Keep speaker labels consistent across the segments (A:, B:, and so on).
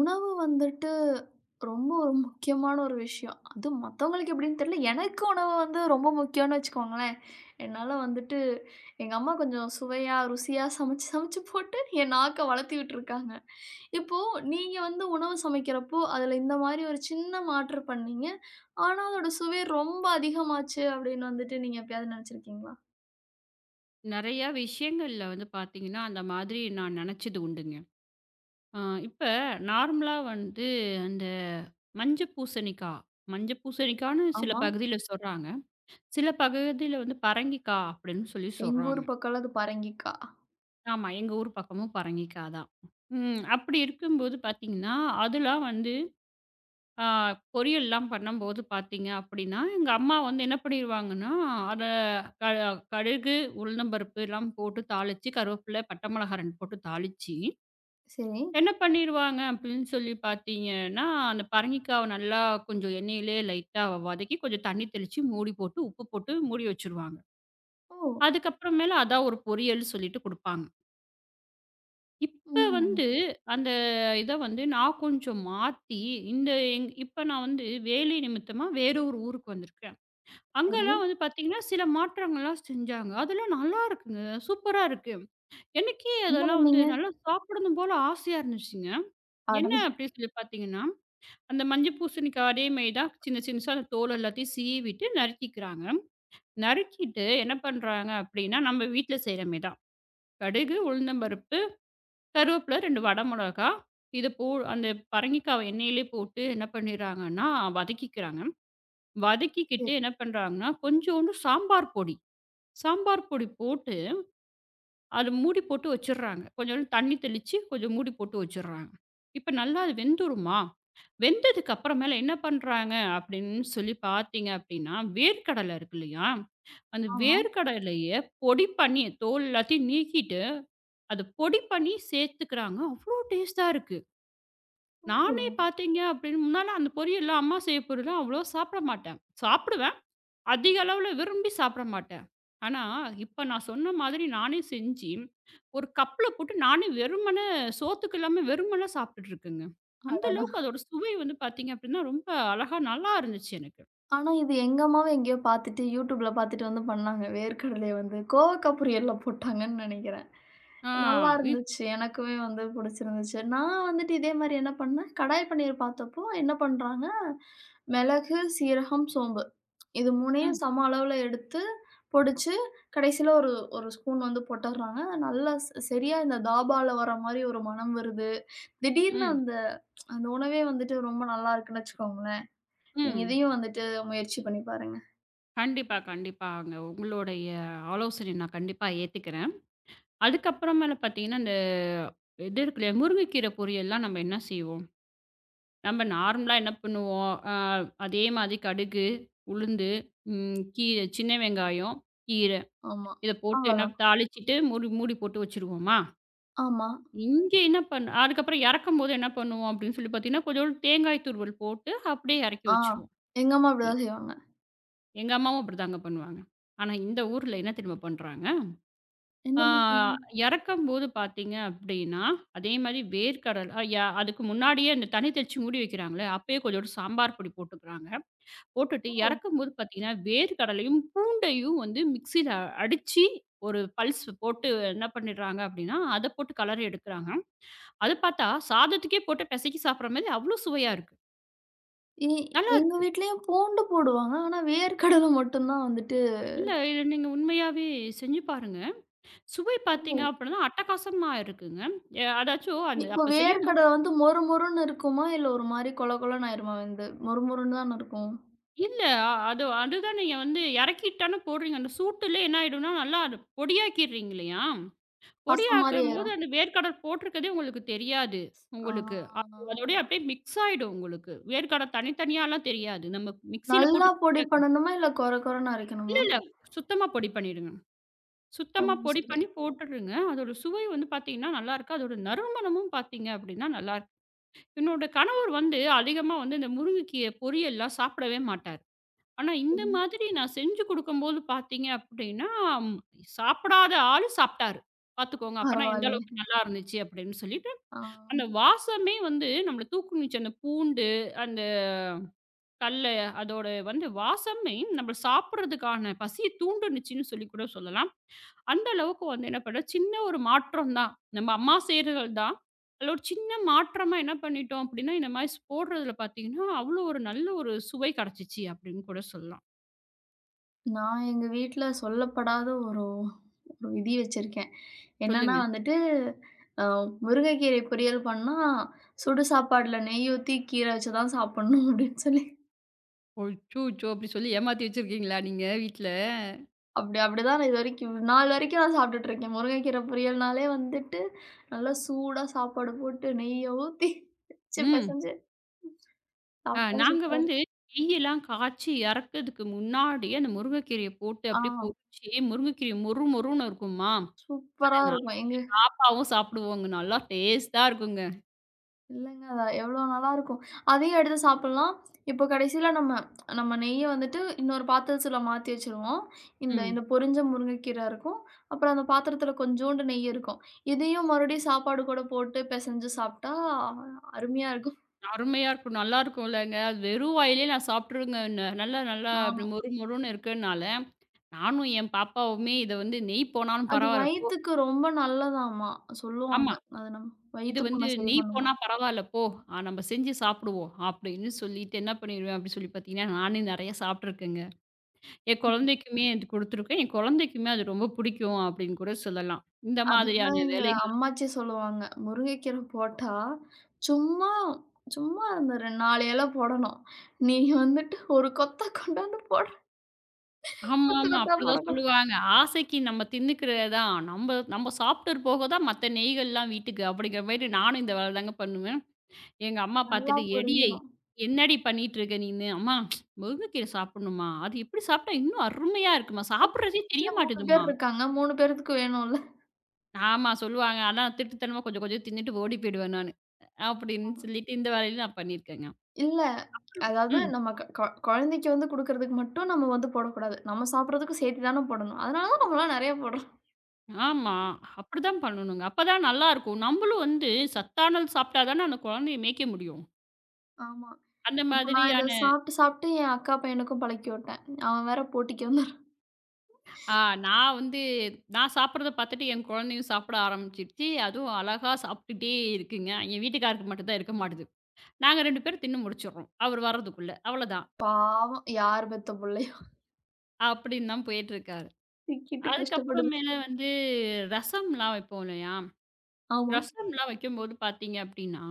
A: உணவு வந்துட்டு ரொம்ப முக்கியமான ஒரு விஷயம். அதுவும் மத்தவங்களுக்கு எப்படின்னு தெரியல. எனக்கு உணவு வந்து ரொம்ப முக்கியம்னு வச்சுக்கோங்களேன். என்னால வந்துட்டு எங்க அம்மா கொஞ்சம் சுவையா, ருசியா சமைச்சு சமைச்சு போட்டு என் நாக்க வளர்த்தி விட்டுருக்காங்க. இப்போ நீங்க வந்து உணவு சமைக்கிறப்போ, அதுல இந்த மாரி ஒரு சின்ன மாற்று பண்ணீங்க. ஆனா அதோட சுவை ரொம்ப அதிகமாச்சு அப்படின்னு வந்துட்டு நீங்க எப்பயாவது நெனச்சிருக்கீங்களா?
B: நெறையா விஷயங்கள்ல வந்து பார்த்தீங்கன்னா, அந்த மாதிரி நான் நெனச்சது உண்டுங்க. அ இப்ப நார்மலா வந்து அந்த மஞ்ச பூசணிக்கா, மஞ்ச பூசணிக்கான்னு சில
A: ஆமா.
B: பகுதியில சொல்றாங்க. சில பகுதியில வந்து பரங்கிக்கா அப்படின்னு சொல்லி
A: எங்க ஊர்
B: சொல்றாங்க.
A: பக்கம்லாம் அது பரங்கிக்காய்.
B: ஆமா, எங்க ஊர் பக்கமும் பரங்கிக்கா தான். ம். அப்படி இருக்கும்போது பார்த்தீங்கன்னா, அதெல்லாம் வந்து ஆ பொரியல்லாம் பண்ணும்போது பார்த்தீங்க அப்படின்னா, எங்க அம்மா வந்து என்ன பண்ணிருவாங்கன்னா, அத க கடுகு, உளுந்தம்பருப்பு எல்லாம் போட்டு தாளிச்சு, கருவேப்பிலை, பட்டை மிளகாய் 2 போட்டு தாளிச்சு,
A: சரி.
B: என்ன பண்ணிருவாங்க அப்படின்னு சொல்லி பார்த்தீங்கன்னா, அந்த பரங்கிக்காவ நல்லா கொஞ்சம் எண்ணெயிலேயே லைட்டா வதக்கி, கொஞ்சம் தண்ணி தெளிச்சு, மூடி போட்டு, உப்பு போட்டு மூடி வச்சுருவாங்க.
A: ஓ!
B: அதுக்கப்புறம் மேல அதான் ஒரு பொரியல்ன்னு சொல்லிட்டு குடுப்பாங்க. இப்ப
A: ம்.
B: வந்து அந்த இத வந்து நான் கொஞ்சம் மாத்தி, இந்த எங் இப்ப நான் வந்து வேலை நிமித்தமா வேற ஒரு ஊருக்கு வந்திருக்கேன்.
A: சரி.
B: அங்கலாம் வந்து பார்த்தீங்கன்னா, சில மாற்றங்கள்லாம் செஞ்சாங்க. அதெல்லாம் நல்லா இருக்குங்க. சூப்பரா இருக்கு. எனக்கே
A: என்ன
B: அதெல்லாம் வந்து
A: பண்ணீங்க?
B: நல்லா சாப்பிடணும் போல ஆசையா இருந்துச்சுங்க.
A: அட!
B: என்ன அப்டி சொல்லி பார்த்தீங்கன்னா, அந்த மஞ்ச பூசணிக்கா அதே மாரி தான் சின்ன சின்னசா அந்த தோல் எல்லாத்தையும் சீவிட்டு நறுக்கிக்கிறாங்க. நறுக்கிட்டு என்ன பண்றாங்க அப்டின்னா, நம்ம வீட்ல செய்ற மாரி தான். கடுகு, உளுந்தம்பருப்பு கருவேப்பில 2 வடை மிளகா. இத போ அந்த பரங்கிக்காவ எண்ணெயிலே போட்டு என்ன பண்ணிறாங்கன்னா, வதக்கிக்கிறாங்க. வதக்கிக்கிட்டு என்ன பண்றாங்கன்னா, கொஞ்சோண்டு சாம்பார் பொடி, சாம்பார் பொடி போட்டு அத மூடி போட்டு வச்சுர்றாங்க. கொஞ்சோண்டு தண்ணி தெளிச்சு, கொஞ்சம் மூடி போட்டு வச்சுர்றாங்க. இப்ப நல்லா அது வெந்துருமா? வெந்ததுக்கு அப்புறமேல என்ன பண்றாங்க அப்படின்னு சொல்லி பார்த்தீங்க அப்படின்னா, வேர்க்கடலை இருக்கு இல்லையா? அந்த
A: ஆமா.
B: வேர்க்கடலைய பொடி பண்ணி தோல் எல்லாத்தையும் நீக்கிட்டு, அத பொடி பண்ணி சேர்த்துக்கிறாங்க. அவ்ளோ டேஸ்ட்டா இருக்கு.
A: ஓ!
B: நானே பார்த்தீங்க அப்படின்னு முன்னால அந்த பொரியல்லாம் அம்மா செய்ய பொரியல்லாம் அவ்வளோ சாப்பிட மாட்டேன். சாப்பிடுவேன். அதிக அளவுல விரும்பி சாப்பிட மாட்டேன். ஆனா, இப்ப நான் சொன்ன மாதிரி நானே செஞ்சு, ஒரு கப்ல போட்டு நானே வெறுமனே சோத்துக்கு இல்லாம வெறுமனே சாப்பிட்டுட்டு இருக்கேங்க. அந்த
A: அடடா!
B: அளவுக்கு அதோட சுவை வந்து பார்த்தீங்க அப்படின்னா, ரொம்ப அழகா நல்லா இருந்துச்சு எனக்கு.
A: ஆனா இது எங்க அம்மாவும் எங்கேயோ பார்த்துட்டு YouTubeல பார்த்துட்டு வந்து பண்ணாங்க. வேர்க்கடலைய வந்து கோவக்கா பொரியல்ல போட்டாங்கன்னு நெனைக்கிறேன்.
B: ஆ.
A: நல்லா
B: இ
A: இருந்துச்சு. எனக்குமே வந்து புடிச்சிருந்துச்சு. நான் வந்துட்டு இதே மாரி என்ன பண்ணேன், கடாய் பன்னீர் பார்த்தப்போ என்ன பண்றாங்க, மிளகு, சீரகம், சோம்பு இது 3யும்
B: ம்,
A: சம அளவுல எடுத்து பொடிச்சு, கடைசியில ஒரு ஒரு ஸ்பூன் வந்து போட்டுர்றாங்க. நல்லா சரியா இந்த தாபால வர மாரி ஒரு மணம் வருது. திடீர்னு
B: ம்,
A: அந்த அந்த உணவே வந்துட்டு ரொம்ப நல்லா இருக்குன்னு வச்சுக்கோங்களேன். நீங்க
B: ம்.
A: இதையும் வந்துட்டு முயற்சி பண்ணி பாருங்க.
B: கண்டிப்பா, கண்டிப்பாங்க. உங்களுடைய ஆலோசனைய நான் கண்டிப்பா ஏத்துக்கிறேன். அதுக்கப்புறமேல பார்த்தீங்கன்னா, அந்த இது இருக்கு இல்லையா, முருங்கைக்கீரை பொரியல்லாம் நம்ம என்ன செய்வோம்? நம்ம நார்மலா என்ன பண்ணுவோம்? அதே மாதிரி கடுகு, உளுந்து, கீரை சின்ன வெங்காயம், கீரை
A: ஆமா.
B: இத போட்டு என்ன
A: அவ்வளதான்.
B: தாளிச்சுட்டு மூடி மூடி போட்டு வச்சுருவோமா?
A: ஆமா.
B: இங்க என்ன பண் அதுக்கப்புறம் இறக்கும்போது என்ன பண்ணுவோம் அப்படின்னு சொல்லி பார்த்தீங்கன்னா, கொஞ்சோண்டு தேங்காய் துருவல் போட்டு அப்படியே இறக்கி
A: ஆ.
B: வச்சுருவோம்.
A: எங்க அம்மா
B: எ
A: அப்படிதான் செய்வாங்க.
B: எங்க அம்மாவும் அப்படிதாங்க பண்ணுவாங்க. ஆனா இந்த ஊர்ல என்ன தெரியுமா பண்றாங்க? ஆ
A: என்ன பண்றாங்க?
B: இறக்கும்போது பார்த்தீங்க அப்படின்னா, அதே மாரி வேர்க்கடல அ ய அதுக்கு முன்னாடியே அந்த தண்ணி தெளிச்சு மூடி வைக்கிறாங்கல்ல, அப்பயே கொஞ்சோண்டு சாம்பார் பொடி போட்டுக்கிறாங்க. போட்டுட்டு
A: ஓ!
B: இறக்கும்போது பார்த்தீங்கன்னா, வேர்க்கடலையும், பூண்டையும் வந்து மிக்ஸியில அடிச்சு ஒரு பல்ஸ் போட்டு என்ன பண்ணிடுறாங்க அப்படின்னா, அத போட்டு கலறி எடுக்குறாங்க. அது பார்த்தா சாதத்துக்கே போட்டு பெசைக்கி சாப்பிடுற மாரி அவ்ளோ சுவையா இருக்கு.
A: எ
B: நல்லா
A: எங்க
B: இருக்கு.
A: வீட்லயும் பூண்டு போடுவாங்க. ஆனா வேர்க்கடலை மட்டும் தான் வந்துட்டு
B: இல்ல இத நீங்க உண்மையாவே செஞ்சு பாருங்க. சுவை
A: ஓ!
B: பார்த்தீங்க அப்படின்னா, அட்டகாசமா இருக்குங்க. அதாச்சும் அந்த
A: இப்ப
B: அப்ப செய்யும்போது
A: வேர்க்கடலை வந்து மொறு மொறுன்னு இருக்குமா? இல்ல ஒரு மாரி கொல கொலன்னு ஆயிருமா வெந்து? மொறு மொறுன்னு தான இருக்கும்.
B: இல்ல. அ அது அதுதான் நீங்க வந்து இறக்கிட்டு தானே போடுறீங்க. அந்த சூட்டுலே என்ன ஆயிடும்னா, நல்லா அது பொடியாக்கிடுறீங்க இல்லையா?
A: பச மாரி
B: பொடியாக்கும்போது
A: ஆயிரும்.
B: அந்த வேர்க்கடல் போட்டிருக்கதே உங்களுக்கு தெரியாது. உங்களுக்கு.
A: ஆ.
B: அதோடயே அப்படியே மிக்ஸ் ஆயிடும் உங்களுக்கு. வேர்க்கடல தனித்தனியாலாம் தெரியாது. நம்ம மிக்ஸியில
A: நல்லா
B: போட்டு
A: பொடி
B: பொடியாக்கணும்.
A: பண்ணணுமா? இல்ல கொர கொரன்னு
B: இல்ல,
A: அரைக்கணுமா?
B: இல்ல. சுத்தமா பொடி பண்ணிடுங்க.
A: ஓ!
B: சுத்தமா பொடி
A: சரி.
B: பண்ணி போட்டுடுங்க. அதோட சுவை வந்து பார்த்தீங்கன்னா, நல்லாருக்கு. அதோட நறுமணமும் பார்த்தீங்க அப்படின்னா, நல்லாருக்கு. என்னோட கணவர் வந்து அதிகமா வந்து இந்த முருங்கைக்கீரை பொரியல்லாம் சாப்பிடவே மாட்டாரு. ஆனா, இந்த
A: ம்.
B: மாதிரி நான் செஞ்சு குடுக்கும்போது பார்த்தீங்க அப்படின்னா, ம் சாப்பிடாத ஆளு சாப்ட்டாரு. பார்த்துக்கோங்க. அப்பனா எந்த
A: பரவாயில்லயே!
B: அளவுக்கு நல்லா இருந்துச்சு அப்படின்னு சொல்லிட்டு,
A: ஆ.
B: அந்த வாசமே வந்து நம்மள தூக்குனுச்சு. அந்த பூண்டு, அந்த கல்லு அதோட வந்து வாசமே நம்ம சாப்பிடுறதுக்கான பசிய தூண்டுனுச்சுன்னு சொல்லி கூட சொல்லலாம். அந்த அளவுக்கு வந்து என்ன பண்ண சின்ன ஒரு மாற்றம் தான். நம்ம அம்மா செய்றதுகள் தான். அதில ஒரு சின்ன மாற்றமா என்ன பண்ணிட்டோம் அப்படின்னா, இந்த மாரி ஸ் போடுறதில பார்த்தீங்கன்னா, அவ்வளோ ஒரு நல்ல ஒரு சுவை கெடைச்சிச்சு அப்படின்னு கூட சொல்லலாம்.
A: நான் எங்க வீட்ல சொல்லப்படாத ஒரு ஒரு விதி வச்சிருக்கேன். என்னன்னா
B: சொல்லுங்க.
A: வந்துட்டு, அ முருங்கைக்கீரை பொரியல் பண்ணா, சுடு சாப்பாடுல நெய் ஊத்தி கீரை வச்சு தான் சாப்பிடணும் அப்படின்னு சொல்லி
B: அச்சச்சோ! அப்படி சொல்லி ஏமாத்தி வச்சிருக்கீங்களா நீங்க வீட்ல?
A: அப்படிதான் நான் இதுவரைக்கும் நாள் வரைக்கும் நான் சாப்பிட்டுட்டு இருக்கேன். முருங்கைக்கீரை பொரியல்னாலே வந்துட்டு, நல்லா சூடா சாப்பாடு போட்டு நெய்ய ஊத்தி வச்சு
B: ம்.
A: பெசஞ்சு சாப்பிட்டா
B: நாங்க
A: சூப்பரா
B: வந்து
A: இருக்கும்.
B: நெய்யெல்லாம் காய்ச்சி இறக்கிறதுக்கு முன்னாடியே அந்த முருங்கைக்கீரைய போட்டு
A: ஆ
B: அப்படியே பொரிச்சு, முருங்கைக்கீரை மொறு மொறுன்னு இருக்குமா, அத
A: சூப்பரா
B: நானும்
A: இருக்கும். எங்க
B: பாப்பாவும் சாப்பிடுவோங்க. நல்லா டேஸ்ட்டா இருக்குங்க.
A: இல்லங்க. எவ்வளோ நல்லாருக்கும். அதையும் எடுத்து சாப்பிடலாம். இப்போ கடைசியில நம்ம நம்ம நெய்ய வந்துட்டு இன்னொரு பாத்திரத்துல மாத்தி வச்சுருவோம். இந்த
B: ம்.
A: இந்த பொரிஞ்ச முருங்கைக்கீரை இருக்கும். அப்புறம் அந்த பாத்திரத்துல கொஞ்சோண்டு நெய் இருக்கும். இதையும் மறுபடியும் சாப்பாடு கூட போட்டு பெசஞ்சு சாப்பிட்டா அருமையா இருக்கும்.
B: அருமையா இருக்கும். நல்லா இருக்கும்லங்க. அது வெறும் வாயிலேயே நான் சாப்பிட்டுருவேங்க. ந நல்லா நல்லா அப்படி
A: ஆமா.
B: மொறு மொறுன்னு இருக்கனால, நானும் என் பாப்பாவுமே இத வந்து நெய் போனாலும்
A: அது
B: பரவால்ல போ
A: வயித்துக்கு ரொம்ப நல்லதாமா சொல்லுவாங்க.
B: ஆமா.
A: அது நம்ம
B: இது
A: வயித்து
B: வந்து
A: புண்ண சரி
B: "நீ போனா
A: பண்ணுமாம்.
B: பரவால்ல போ. நம்ம செஞ்சு சாப்பிடுவோம்." அப்படின்னு சொல்லிட்டு என்ன பண்ணிருவேன் அப்படின்னு சொல்லி பார்த்தீங்கன்னா, நானே நெறைய சாப்பிட்டுருக்கேங்க. என்
A: ம்.
B: குழந்தைக்குமே அது குடுத்துருக்கேன். என் குழந்தைக்குமே அது ரொம்ப பிடிக்கும் அப்படின்னு கூட சொல்லலாம். இந்த
A: அதுக்கு தான்
B: மாதிரியான
A: எங்க
B: வேலைகள்
A: அம்மாச்சி சொல்லுவாங்க. "முருங்கைக்கீரை போட்டா, சும்மா சும்மா அந்த 2 4 இலை போடணும். நீ வந்துட்டு ஒரு கொத்த கொண்டாந்து போட கொத்து
B: ஆமாமா.
A: கொத்தா
B: அப்படிதான்
A: போடக்கூடாது.
B: சொல்லுவாங்க. ஆசைக்கு நம்ம தின்னுக்கிறது தான். நம்ம நம்ம சாப்பிட்டுட்டு போக தான் மத்த நெய்கள்லாம் வீட்டுக்கு அப்படிங்கிற மாரி நானும் இந்த வேலை தாங்க பண்ணுவேன். எங்க அம்மா
A: நல்லா
B: பார்த்துட்டு, "எடியேய்!
A: பொரிஞ்சிரும்."
B: என்னடி பண்ணிட்டு இருக்க நீனு?" "அம்மா முருங்கைக்கீரை சாப்பிடணும்மா. அது எப்படி சாப்பிட்டா இன்னும் அருமையா இருக்கும்மா.
A: அதுவும்
B: சாப்பிடுறதே
A: வீட்ல
B: தெரிய
A: 3
B: மாட்டேதும்மா."
A: பேர் இருக்காங்க. 3 பேத்துக்கு வேணும்ல.
B: ஆமா சொல்லுவாங்க. ஆனா திருட்டுத்தனமா கொஞ்சம் கொஞ்சம் தின்னுட்டு ஓடி போயிடுவேன் நானு. அப்படின்னு சொல்லிட்டு இந்த வேலையில நான் பண்ணியிருக்கேங்க.
A: இல்ல. அதாவது
B: ம்.
A: நம்ம க கொ குழந்தைக்கு வந்து குடுக்குறதுக்கு மட்டும் நம்ம வந்து போடக்கூடாது. நம்ம சாப்பிடுறதுக்கும் சேர்த்து தானே போடணும். அதனால தான் நம்மலாம் நெறைய போடுறோம்.
B: ஆமா. அப்படிதான் பண்ணணுங்க. அப்பதான் நல்லாருக்கும். நம்மளும் வந்து சத்தானது சாப்பிட்டா தானே அந்த குழந்தைய மேய்க்க முடியும்.
A: ஆமா.
B: அந்த
A: இப்ப நான் இத
B: மாதிரியான
A: சாப்பிட்டு சாப்பிட்டு என் அக்கா பையனுக்கும் பழக்கி விட்டேன். அவன் வேற போட்டிக்கு வந்துருக்கான்.
B: ஆ நான் வந்து நான் சாப்பிடுறத பார்த்துட்டு என் குழந்தையும் சாப்பிட ஆரம்பிச்சுருச்சு. அதுவும் அழகா சாப்பிட்டுட்டே இருக்குங்க. என் வீட்டுக்காரருக்கு மட்டும் தான் இருக்க மாட்டுது. நாங்க 2 பேரும் தின்னு முடிச்சுடுறோம். அவர் வர்றதுக்குள்ள. அவ்வளோதான்.
A: பாவம் யார் பெத்த புள்ள
B: அப்படின்னு தான் போயிட்டுருக்காரு.
A: சிக்கிட்டு
B: அதுக்கப்புறம்
A: கஷ்டப்படுது.
B: மேல வந்து ரசம்லாம் வைப்போம் இல்லையா?
A: ஆமா.
B: ரசம்லாம் வைக்கும்போது பார்த்தீங்க அப்படின்னா,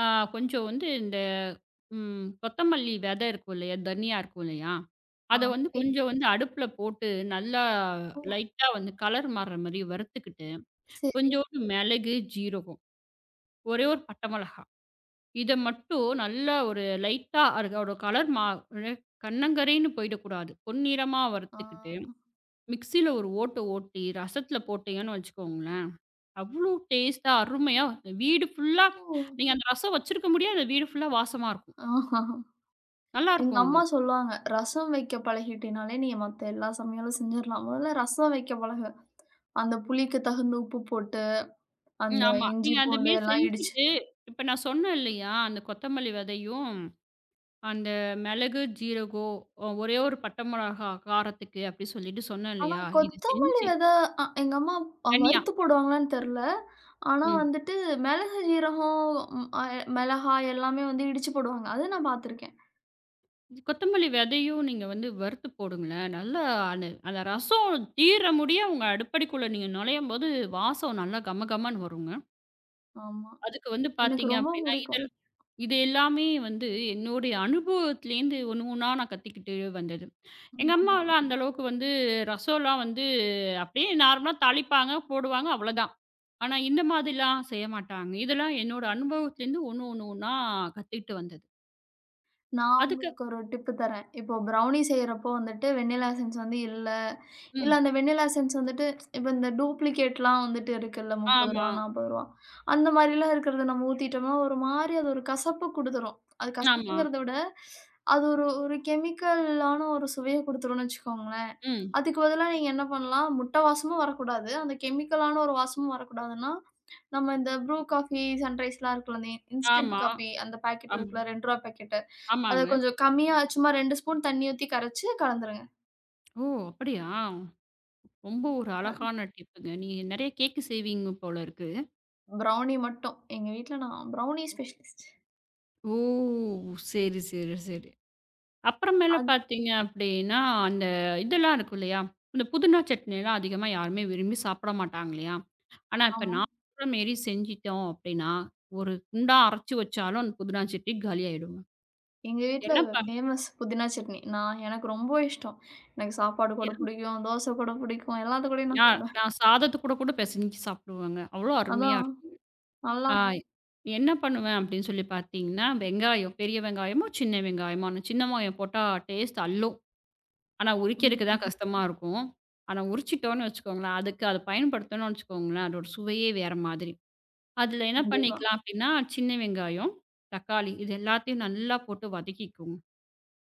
B: ஆ கொஞ்சம் வந்து இந்த கொத்தமல்லி விதை இருக்கும் இல்லையா? தனியா இருக்கும் இல்லையா?
A: ஆ.
B: அத வந்து கொஞ்சம் வந்து அடுப்புல போட்டு நல்லா
A: இப்போ
B: லைட்டா வந்து கலர் மாறுற மாரி வறுத்துக்கிட்டு,
A: சரி.
B: கொஞ்சோண்டு மிளகு, ஜீரகம், ஒரே ஒரு பட்டை மிளகா, இத மட்டும் நல்லா ஒரு லைட்டா அதோட கலர் மா கண்ணங்கரேன்னு போயிடக்கூடாது. பொன்னிறமா
A: ஆ
B: வறுத்துக்கிட்டு மிக்ஸியில ஒரு ஓட்ட ஓட்டி, ரசத்தில போட்டீங்கன்னு வச்சுக்கோங்களேன், அவ்ளோ டேஸ்ட்டா அருமையா வீடு ஃபுல்லா
A: ஓ!
B: நீங்க அந்த ரசம் வச்சிருக்க முடியாது. அந்த வீடு ஃபுல்லா வாசமா இருக்கும்.
A: ஆஹா! எங்க
B: நல்லாருக்கும் அது.
A: அம்மா சொல்லுவாங்க, "ரசம் வைக்க பழகிட்டினாலே நீ மத்த எல்லா சமையலும் செஞ்சிரலாம். முதல்ல ரசம் வைக்க பழகு. அந்த புளிக்கு தகுந்த உப்பு போட்டு,
B: ம்
A: அந்த
B: ஆமா.
A: இஞ்சி,
B: நீங்க அந்த
A: பூண்டு
B: மாரி
A: எல்லாம் இடிச்சு."
B: செஞ்சுட்டு இப்ப நான் சொன்னேன் இல்லையா, அந்த கொத்தமல்லி விதையும், அந்த மிளகு, ஜீரகம் ஒரே ஒரு பட்டை மிளகா காரத்துக்கு அப்டி சொல்லிட்டு சொன்னேன்
A: ஆனா
B: இல்லையா, இது
A: கொத்தமல்லி
B: செஞ்சு
A: வித அ எங்க அம்மா
B: தனியா.
A: வறுத்து போடுவாங்களான்னு தெரியல. ஆனா
B: ம்.
A: வந்துட்டு மிளகு, ஜீரகம், ம் அ மிளகாய் எல்லாமே வந்து இடிச்சு போடுவாங்க. அது நான் பார்த்துருக்கேன்.
B: இது கொத்தமல்லி விதையும் நீங்க வந்து வறுத்து போடுங்களேன். நல்லா அந்த அந்த ரசம் தீர முடிய உங்க அடுப்படிக்குள்ள நீங்க நுழையும்போது, வாசம் நல்லா கமகமன்னு வருங்க.
A: ஆமா.
B: அதுக்கு வந்து
A: எனக்கு
B: பார்த்தீங்க
A: ரொம்ப
B: அப்படின்னா,
A: புடிக்கும்.
B: இதழ் இது எல்லாமே வந்து என்னுடைய அனுபவத்திலேருந்து ஒண்ணு ஒண்ணா நான் கத்துக்கிட்டு வந்தது. எங்க அம்மாலாம் அந்த அளவுக்கு வந்து ரசம்லாம் வந்து அப்படியே நார்மலா தாளிப்பாங்க, போடுவாங்க அவ்வளோதான். ஆனா இந்த மாதிரிலாம் செய்ய மாட்டாங்க. இதெல்லாம் என்னோட அனுபவத்திலேருந்து ஒண்ணு ஒண்ணு ஒண்ணா கத்துக்கிட்டு வந்தது.
A: நான்
B: அதுக்கு
A: உங்களுக்கு ஒரு டிப்பு தரேன். இப்போ ப்ரௌனி செய்றப்போ வந்துட்டு வெண்ணிலா எசன்ஸ் வந்து இல்ல,
B: ம்.
A: அந்த வெண்ணிலா எசன்ஸ் வந்துட்டு இப்ப இந்த டூப்ளிகேட்லாம் வந்துட்டு இருக்குல்ல ரூ. 30,
B: ஆமா,
A: ரூ. 40 அந்த மாரிலாம் இருக்கிறத நம்ம ஊத்திட்டோம்னா, ஒரு மாரி அது ஒரு கசப்பு குடுத்துரும். அது
B: ஆமா.
A: கசப்புங்கிறத விட, அது ஒரு ஒரு கெமிக்கலான ஒரு சுவைய குடுத்துரும்னு வச்சுக்கோங்களேன்.
B: ம்.
A: அதுக்கு பதிலா நீங்க என்ன பண்ணலாம், முட்டை வாசமும் வரக்கூடாது. அந்த கெமிக்கலான ஒரு வாசமும் வரக்கூடாதுன்னா, நம்ம இந்த ப்ரூ காஃபி, சன்ரைஸ்லாம் இருக்குல்ல, அந்த இன்ஸ்டன்ட்
B: ஆமா.
A: காஃபி அந்த பாக்கெட்
B: ஆமா.
A: இருக்குல்ல ரூ. 2 பாக்கெட்டு அத
B: ஆமாங்க.
A: கொஞ்சம் கம்மியா சும்மா 2 ஸ்பூன் தண்ணி ஊத்தி கரைச்சு கலந்துருங்க.
B: ஓ! அப்படியா? ரொம்ப ஒரு
A: அது
B: அழகான டிப்புங்க. நீங்க நெறைய கேக்கு செய்வீங்க போல இருக்கு.
A: ப்ரௌனி மட்டும். எங்க வீட்ல நான் ப்ரௌனி ஸ்பெஷலிஸ்ட்.
B: ஓ! சரி, சரி, சரி. அப்புறமேல
A: அது
B: பார்த்தீங்க அப்படின்னா, அந்த இதெல்லாம் இருக்கும் இல்லையா? இந்த புதினா சட்னிலாம் அதிகமா யாருமே விரும்பி சாப்பிட மாட்டாங்க இல்லையா? ஆனா, இப்ப
A: ஆமா.
B: நான் சொல்ற மாரி செஞ்சுட்டோம் அப்படின்னா, ஒரு குண்டா அரைச்சு வச்சாலும் அந்த புதினா சட்னி காலியாயிடுங்க.
A: எங்க வீட்ல
B: என்ன
A: ஃபேமஸ் புதினா சட்னி. நான் எனக்கு ரொம்ப இஷ்டம். எனக்கு சாப்பாடு கூட
B: பண்ணியா
A: பிடிக்கும், தோசை கூட பிடிக்கும், எல்லாத்து கூடயும் நான்
B: நான்
A: சாப்பிடுவேன்.
B: நான் சாதத்து கூட கூட பெசஞ்சு சாப்பிடுவேங்க. அவ்வளோ அருமையா
A: அதான்
B: இருக்கும்.
A: நல்லா
B: ஆ ம். என்ன பண்ணுவேன் அப்படின்னு சொல்லி பார்த்தீங்கன்னா, வெங்காயம் பெரிய வெங்காயமோ, சின்ன வெங்காயமோ, அந்த சின்ன வெங்காயம் போட்டா டேஸ்ட் அல்லும். ஆனா
A: ம்,
B: உரிக்கிறதுக்கு தான்
A: ம்.
B: கஷ்டமா இருக்கும். ஆனா உரிச்சிட்டோம்னு வச்சுக்கோங்களேன், அதுக்கு அத பயன்படுத்தணும்னு வச்சுக்கோங்களேன், அதோட சுவையே வேற மாதிரி. அதில என்ன
A: கண்டிப்பா.
B: பண்ணிக்கலாம் அப்படின்னா, சின்ன வெங்காயம், தக்காளி இது எல்லாத்தையும் நல்லா போட்டு வதக்கிக்குவோம்.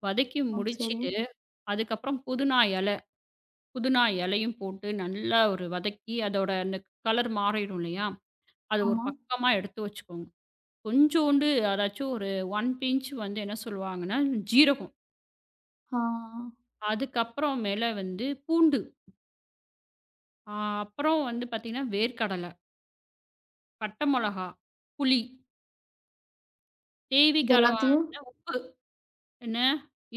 B: வதக்கி
A: ஆ சரி.
B: முடிச்சுட்டு, அதுக்கப்புறம் புதினா இலை புதினா இலையும் போட்டு நல்லா ஒரு வதக்கி அதோட அந்த கலர் மாறிடும் இல்லையா? அது ஒரு
A: ஆமா.
B: பக்கமா எடுத்து வச்சுக்கோங்க. கொஞ்சோண்டு அதாச்சும் ஒரு 1 பிஞ்ச் வந்து என்ன சொல்லுவாங்கன்னா, ஜீரகம்.
A: ஆ
B: அதுக்கப்புறம் மேல வந்து பூண்டு. அ அப்புறம் வந்து பார்த்தீங்கன்னா, வேர்க்கடலை, பட்டை மிளகா, புளி, தேவைக்கு
A: இது
B: அளவான
A: எல்லாத்தையும்
B: உப்பு. என்ன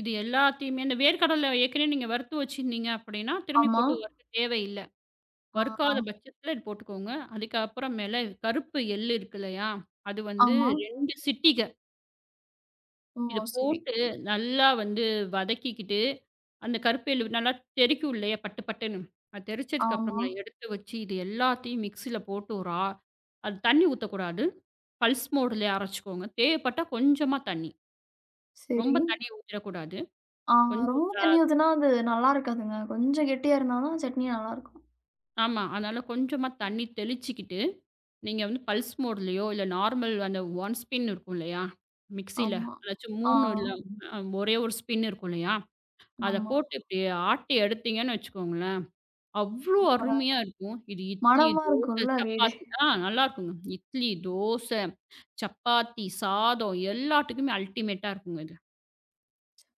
B: இது எல்லாத்தையுமே இந்த வேர்க்கடலை ஏற்கனவே நீங்க வறுத்து வச்சிருந்தீங்க அப்படின்னா, திரும்பி
A: ஆமா.
B: போட்டு வறுக்க தேவையில்ல.
A: ஆ
B: வறுக்காத பட்சத்தில இது போட்டுக்கோங்க. அதுக்கப்புறம் மேல கருப்பு எள்ளு இருக்கு இல்லையா? அது வந்து
A: ஆமா.
B: 2 சிட்டிக
A: ஓ!
B: இத
A: சரி.
B: போட்டு நல்லா வந்து வதக்கிக்கிட்டு, அந்த கருப்பேலு நல்லா தெறிக்கும் இல்லையா பட்டு பட்டுன்னு. அது தெறிச்சதுக்கு
A: ஆமா.
B: அப்புறமா எடுத்து வச்சு, இது எல்லாத்தையும் மிக்ஸியில போட்டு ஒரு அது தண்ணி ஊத்தக்கூடாது. பல்ஸ் மோடுலயே அரைச்சுக்கோங்க. தேவைப்பட்டா கொஞ்சமா தண்ணி. ரொம்ப
A: சரி.
B: தண்ணி ஊத்திறக்கூடாது.
A: ஆ
B: கொஞ்சம்
A: ரொம்ப தண்ணி ஊத்துனா அது நல்லா இருக்காதுங்க. கொஞ்சம் கெட்டியா இருந்தா தான் சட்னி நல்லாருக்கும்.
B: ஆமா. அதனால கொஞ்சமா தண்ணி தெளிச்சுக்கிட்டு, நீங்க வந்து பல்ஸ் மோடுலயோ இல்ல நார்மல் அந்த 1 ஸ்பின் இருக்கும் இல்லையா? மிக்ஸியில.
A: ஆமா.
B: அதாச்சும்
A: ஆ,
B: 3 இல்ல ஒரே ஒரு ஸ்பின் இருக்கும் இல்லையா? அத
A: ஆமா.
B: போட்டு இப்படி ஆட்டி எடுத்தீங்கன்னு வச்சுக்கோங்களேன் அவ்ளோ
A: சூப்பரா
B: அருமையா இருக்கும். இது இட்லி,
A: மணமா
B: தோசை,
A: இருக்கும்ல வீடே.
B: சப்பாத்தி நல்லாருக்குங்க. இட்லி, தோசை, சப்பாத்தி, சாதம் எல்லாத்துக்குமே அல்டிமேட்டா இருக்குங்க இது.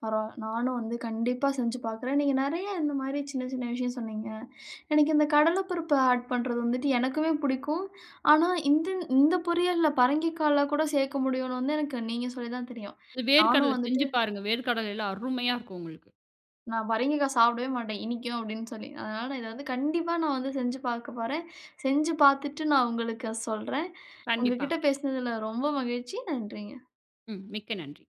A: பரவால்ல. நானும் வந்து கண்டிப்பா செஞ்சு பார்க்குறேன். நீங்க நெறைய இந்த மாரி சின்ன சின்ன விஷயம் சொன்னீங்க. எனக்கு இந்த கடல பருப்பு ஆட் பண்றது வந்துட்டு எனக்குமே பிடிக்கும். ஆனா இந்த இந்த பொரியல்ல பரங்கிக்காய்ல கூட சேர்க்க முடியும்னு வந்து எனக்கு நீங்க சொல்லி தான் தெரியும்.
B: இது
A: நானும்
B: வேர்க்கடல
A: வந்துட்டு
B: செஞ்சு பாருங்க. வேர்க்கடலைல அருமையா இருக்கும் உங்களுக்கு.
A: நான் பரங்கிக்காய் சாப்பிடவே மாட்டேன் இனிக்கும் அப்படின்னு சொல்லி. அதனால இத வந்து கண்டிப்பா நான் வந்து செஞ்சு பார்க்க போறேன். செஞ்சு பார்த்துட்டு நான் உங்களுக்கு சொல்றேன்.
B: கண்டிப்பா.
A: உங்ககிட்ட பேசினதுல ரொம்ப மகிழ்ச்சி. நன்றிங்க.
B: ம். மிக்க நன்றி.